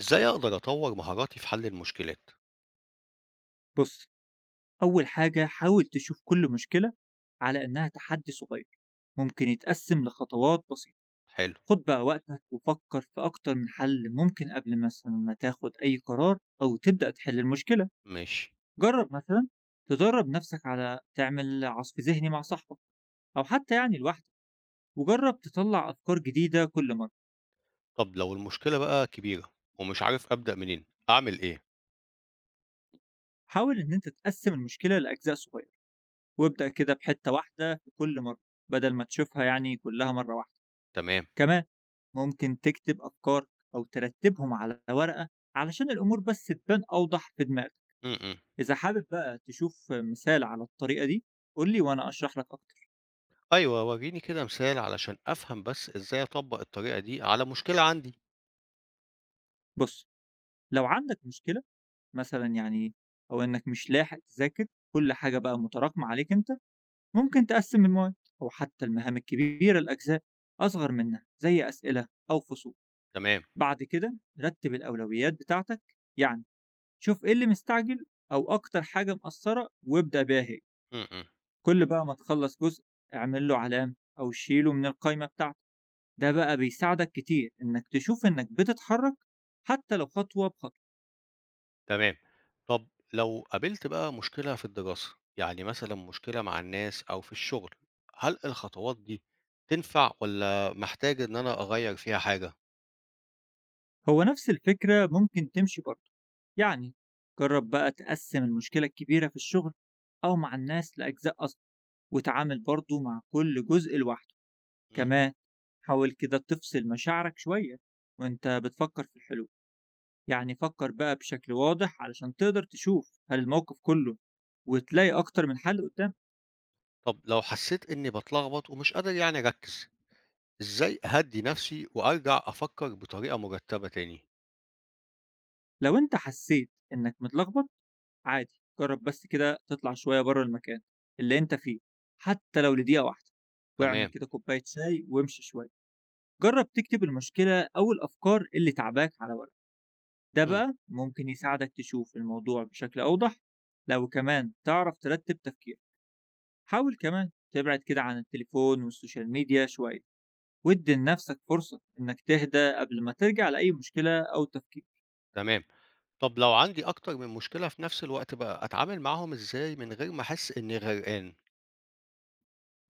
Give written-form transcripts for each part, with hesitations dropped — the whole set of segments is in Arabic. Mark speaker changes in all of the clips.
Speaker 1: إزاي أقدر أطوّر مهاراتي في حل المشكلات؟
Speaker 2: بص، أول حاجة حاول تشوف كل مشكلة على إنها تحدي صغير ممكن يتقسم لخطوات بسيطة.
Speaker 1: حلو،
Speaker 2: خد بقى وقتك وفكر في أكتر من حل ممكن قبل مثلا ما تاخد أي قرار أو تبدأ تحل المشكلة.
Speaker 1: ماشي.
Speaker 2: جرب مثلا تدرب نفسك على تعمل عصف ذهني مع صاحبك أو حتى يعني لوحدك، وجرب تطلع أفكار جديدة كل مرة.
Speaker 1: طب لو المشكلة بقى كبيرة ومش عارف أبدأ منين، أعمل إيه؟
Speaker 2: حاول إن أنت تقسم المشكلة لأجزاء صغيرة وابدأ كده بحتة واحدة في كل مرة، بدل ما تشوفها يعني كلها مرة واحدة.
Speaker 1: تمام.
Speaker 2: كمان ممكن تكتب أفكارك أو ترتبهم على ورقة علشان الأمور بس تبان أوضح في دماغك.
Speaker 1: إمم، إمم.
Speaker 2: إذا حابب بقى تشوف مثال على الطريقة دي قولي وأنا أشرح لك أكتر.
Speaker 1: أيوه، ورّيني كده مثال علشان أفهم بس إزاي أطبّق الطريقة دي على مشكلة عندي.
Speaker 2: بص، لو عندك مشكلة مثلا يعني أو إنك مش لاحق تذاكر، كل حاجة بقى متراكمة عليك أنت، ممكن تقسم المواد أو حتى المهام الكبيرة لأجزاء أصغر منها زي أسئلة أو فصول.
Speaker 1: تمام.
Speaker 2: بعد كده رتب الأولويات بتاعتك، يعني شوف إيه اللي مستعجل أو أكتر حاجة مأثرة وابدأ بيها هي.
Speaker 1: إمم، إمم.
Speaker 2: كل بقى ما تخلص جزء اعمل له علامة أو شيله من القايمة بتاعتك، ده بقى بيساعدك كتير إنك تشوف إنك بتتحرك حتى لو خطوة بخطوة.
Speaker 1: تمام. طب لو قابلت بقى مشكلة في الدراسة، يعني مثلًا مشكلة مع الناس أو في الشغل، هل الخطوات دي تنفع والّا محتاج إن أنا أغيّر فيها حاجة؟
Speaker 2: هو نفس الفكرة ممكن تمشي برضه، يعني جرب بقى تقسم المشكلة الكبيرة في الشغل أو مع الناس لأجزاء أصغر، وتعامل برضه مع كل جزء لوحده.
Speaker 1: إمم.
Speaker 2: كمان حاول كده تفصل مشاعرك شوية وإنت بتفكر في الحلول، يعني فكر بقى بشكل واضح علشان تقدر تشوف هل الموقف كله وتلاقي أكتر من حل قدام.
Speaker 1: طب لو حسّيت إني باتلخبط ومش قادر يعني أركّز، إزاي أهدّي نفسي وأرجع أفكّر بطريقة مُرتّبة تاني؟
Speaker 2: لو أنت حسيت إنك متلخبط، عادي جرب بس كده تطلع شوية بره المكان اللي أنت فيه، حتى لو لدقيقة واحدة، واعمل
Speaker 1: تمام،
Speaker 2: كده كوباية شاي وامشي شوية. جرب تكتب المشكلة أو الأفكار اللي تعباك على ورق، ده
Speaker 1: إمم،
Speaker 2: بقى ممكن يساعدك تشوف الموضوع بشكل أوضح. لو كمان تعرف ترتب تفكيرك، حاول كمان تبعد كده عن التليفون والسوشيال ميديا شوية، وادي لنفسك فرصة إنك تهدى قبل ما ترجع لأي مشكلة أو تفكير.
Speaker 1: تمام. طَب لو عندي أكتر من مشكلة في نفس الوقت بقى، أتعامل معاهم إزاي من غير ما أحس إنّي غرقان؟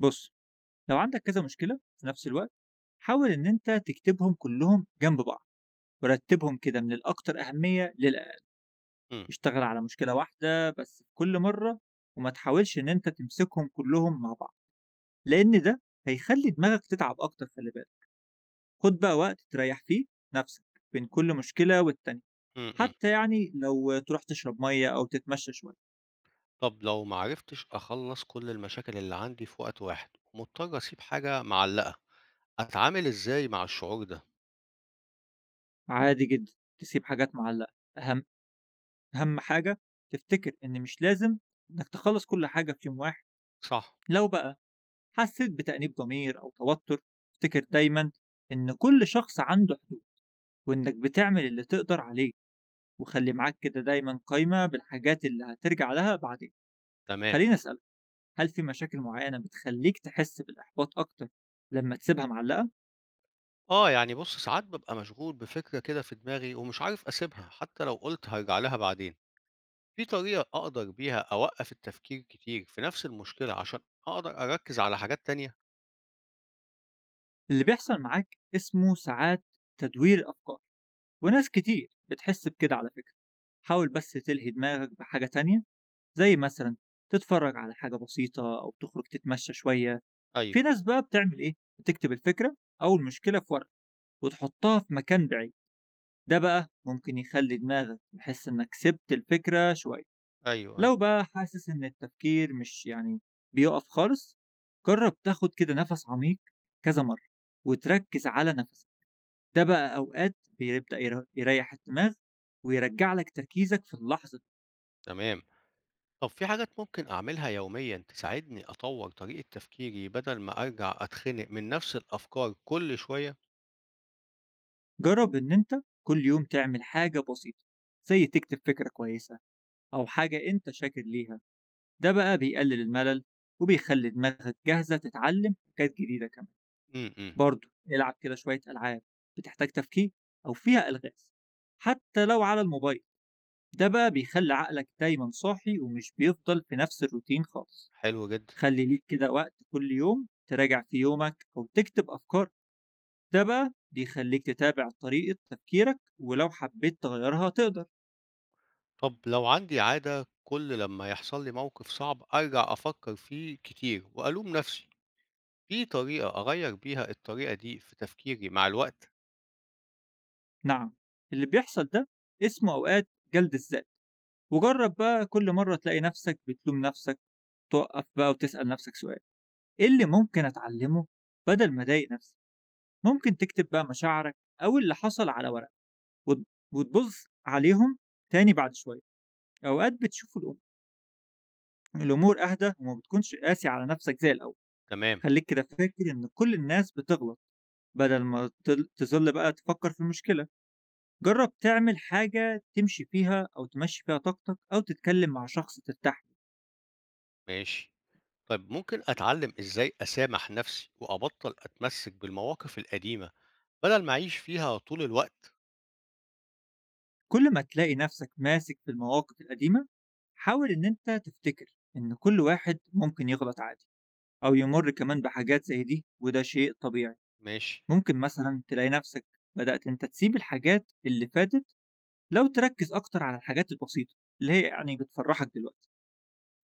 Speaker 2: بص، لو عندك كذا مشكلة في نفس الوقت، حاول إن أنت تكتبهم كلهم جنب بعض ورتبهم كده من الأكثر أهمية للأقل.
Speaker 1: إمم،
Speaker 2: اشتغل على مشكلة واحدة بس كل مرة، وما تحاولش إن أنت تمسكهم كلهم مع بعض، لأن ده هيخلي دماغك تتعب أكتر. خلي بالك، خد بقى وقت تريح فيه نفسك بين كل مشكلة والتانية،
Speaker 1: إمم، إمم.
Speaker 2: حتى يعني لو تروح تشرب مية أو تتمشى شوية.
Speaker 1: طَب لو ما عرفتش أخلّص كل المشاكل اللي عندي في وقت واحد ومضطر أسيب حاجة معلّقة، أتعامل إزاي مع الشعور ده؟
Speaker 2: عادي جدا تسيب حاجات معلقة. أهم أهم حاجة تفتكر إن مش لازم إنك تخلص كل حاجة في يوم واحد.
Speaker 1: صح،
Speaker 2: لو بقى حسيت بتأنيب ضمير أو توتر، افتكر دايما إن كل شخص عنده حدود، وإنك بتعمل اللي تقدر عليه، وخلي معاك كده دايما قايمة بالحاجات اللي هترجع لها بعدين.
Speaker 1: تمام.
Speaker 2: خليني أسألك، هل في مشاكل معينة بتخليك تحس بالإحباط أكتر لما تسيبها معلقة؟
Speaker 1: آه، يعني بُص، ساعات بابقى مشغول بفكرة كده في دماغي ومش عارف أسيبها حتّى لو قُلت هارجع لها بعدين. في طريقة أقدر بيها أوقّف التفكير كتير في نفْس المشكلة عشان أقدر أركّز على حاجات تانية؟
Speaker 2: اللي بيحصل معاك اسمه ساعات تدوير الأفكار، وناس كتير بتحس بكده على فكرة. حاول بس تلهي دماغك بحاجة تانية، زي مثلًا تتفرّج على حاجة بسيطة أو تخرج تتمشى شوية.
Speaker 1: أيوه،
Speaker 2: في ناس بقى بتعمل إيه، بتكتب الفكرة أو المشكلة في ورقة وتحطها في مكان بعيد، ده بقى ممكن يخلّي دماغك تحس إنك سِبت الفكرة شوية.
Speaker 1: أيوه، أيوه،
Speaker 2: لو بقى حاسس إن التفكير مش يعني بيقف خالص، جرّب تاخد كده نَفَس عميق كذا مرّة وتركّز على نَفَسك، ده بقى أوقات بيبدأ يريّح الدماغ ويرجّع لك تركيزك في اللحظة.
Speaker 1: تمام. طَب في حاجات ممكن أعملها يوميًا تساعدني أطوّر طريقة تفكيري بدل ما أرجع أتخنق من نفْس الأفكار كل شوية؟
Speaker 2: جرب إن أنت كل يوم تعمل حاجة بسيطة، زي تكتب فكرة كويسة أو حاجة أنت شاكر ليها، ده بقى بيقلل الملل وبيخلي دماغك جاهزة تتعلم حاجات جديدة كمان.
Speaker 1: إمم، إمم،
Speaker 2: برضه العب كده شوية ألعاب بتحتاج تفكير أو فيها ألغاز، حتى لو على الموبايل، ده بقى بيخلي عقلك دايما صاحي ومش بيفضل في نفس الروتين خالص.
Speaker 1: حلو جدًا.
Speaker 2: خلي ليك كده وقت كل يوم تراجع في يومك أو تكتب أفكارك، ده بقى بيخليك تتابع طريقة تفكيرك ولو حبيت تغيرها تقدر.
Speaker 1: طَب لو عندي عادة كل لمّا يحصل لي موقف صعب أرجع أفكّر فيه كتير وألوم نفْسي، في طريقة أغيّر بيها الطريقة دي في تفكيري مع الوقت؟
Speaker 2: نعم، اللي بيحصل ده اسمه أوقات جلد الذات. وجرب بقى كل مرة تلاقي نفسك بتلوم نفسك، توقف بقى وتسأل نفسك سؤال، إيه اللي ممكن أتعلمه بدل ما أضايق نفسي؟ ممكن تكتب بقى مشاعرك أو اللي حصل على ورق وت- وتبص عليهم تاني بعد شوية، أوقات بتشوف الأمور أهدى وما بتكونش قاسي على نفسك زي الأول.
Speaker 1: تمام،
Speaker 2: خليك كده فاكر إن كل الناس بتغلط، بدل ما تظل بقى تفكر في المشكلة، جرب تعمل حاجة تمشي فيها أو تمشي فيها طاقتك أو تتكلم مع شخص ترتاح له.
Speaker 1: ماشي. طيب ممكن أتعلم إزاي أسامح نفسي وأبطل أتمسك بالمواقف القديمة بدل ما أعيش فيها طول الوقت.
Speaker 2: كل ما تلاقي نفسك ماسك في المواقف القديمة، حاول إن أنت تفتكر إن كل واحد ممكن يغلط عادي أو يمر كمان بحاجات زي دي، وده شيء طبيعي.
Speaker 1: ماشي.
Speaker 2: ممكن مثلا تلاقي نفسك بدأت أنت تسيب الحاجات اللي فاتت لو تركز أكتر على الحاجات البسيطة اللي هي يعني بتفرحك دلوقتي،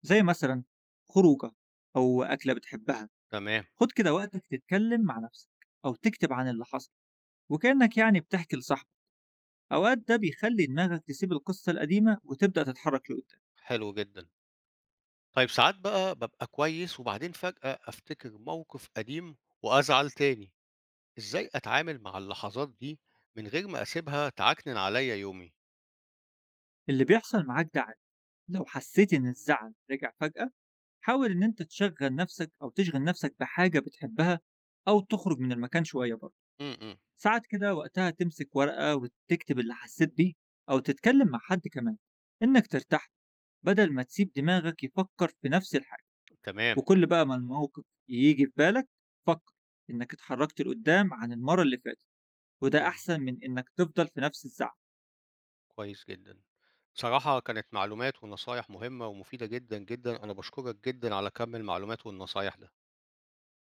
Speaker 2: زي مثلا خروجة أو أكلة بتحبها.
Speaker 1: تمام.
Speaker 2: خد كده وقتك تتكلم مع نفسك أو تكتب عن اللي حصل وكأنك يعني بتحكي لصاحبك، أوقات ده بيخلي دماغك تسيب القصة القديمة وتبدأ تتحرك لقدام.
Speaker 1: حلو جدا. طيب ساعات بقى ببقى كويس وبعدين فجأة أفتكر موقف قديم وأزعل تاني، إزاي أتعامل مع اللحظات دي من غير ما أسيبها تعكنن عليا يومي؟
Speaker 2: اللي بيحصل معاك ده عادي. لو حسيت إن الزعل رجع فجأة، حاول إن أنت تشغل نفسك أو تشغل نفسك بحاجة بتحبها، أو تخرج من المكان شوية برضه.
Speaker 1: م-م.
Speaker 2: ساعات كده وقتها تمسك ورقة وتكتب اللي حسيت بيه، أو تتكلم مع حد كمان إنك ترتاح، بدل ما تسيب دماغك يفكر في نفس الحاجة.
Speaker 1: تمام.
Speaker 2: وكل بقى ما الموقف ييجي في بالك، فكر إنك اتحركت لقدام عن المرة اللي فاتت، وده
Speaker 1: م.
Speaker 2: أحسن من إنك تفضل في نفس الزعل.
Speaker 1: كويس جدا. بصراحة كانت معلومات ونصايح مهمة ومفيدة جدا جدا، أنا بشكرك جدا على كم المعلومات والنصايح ده.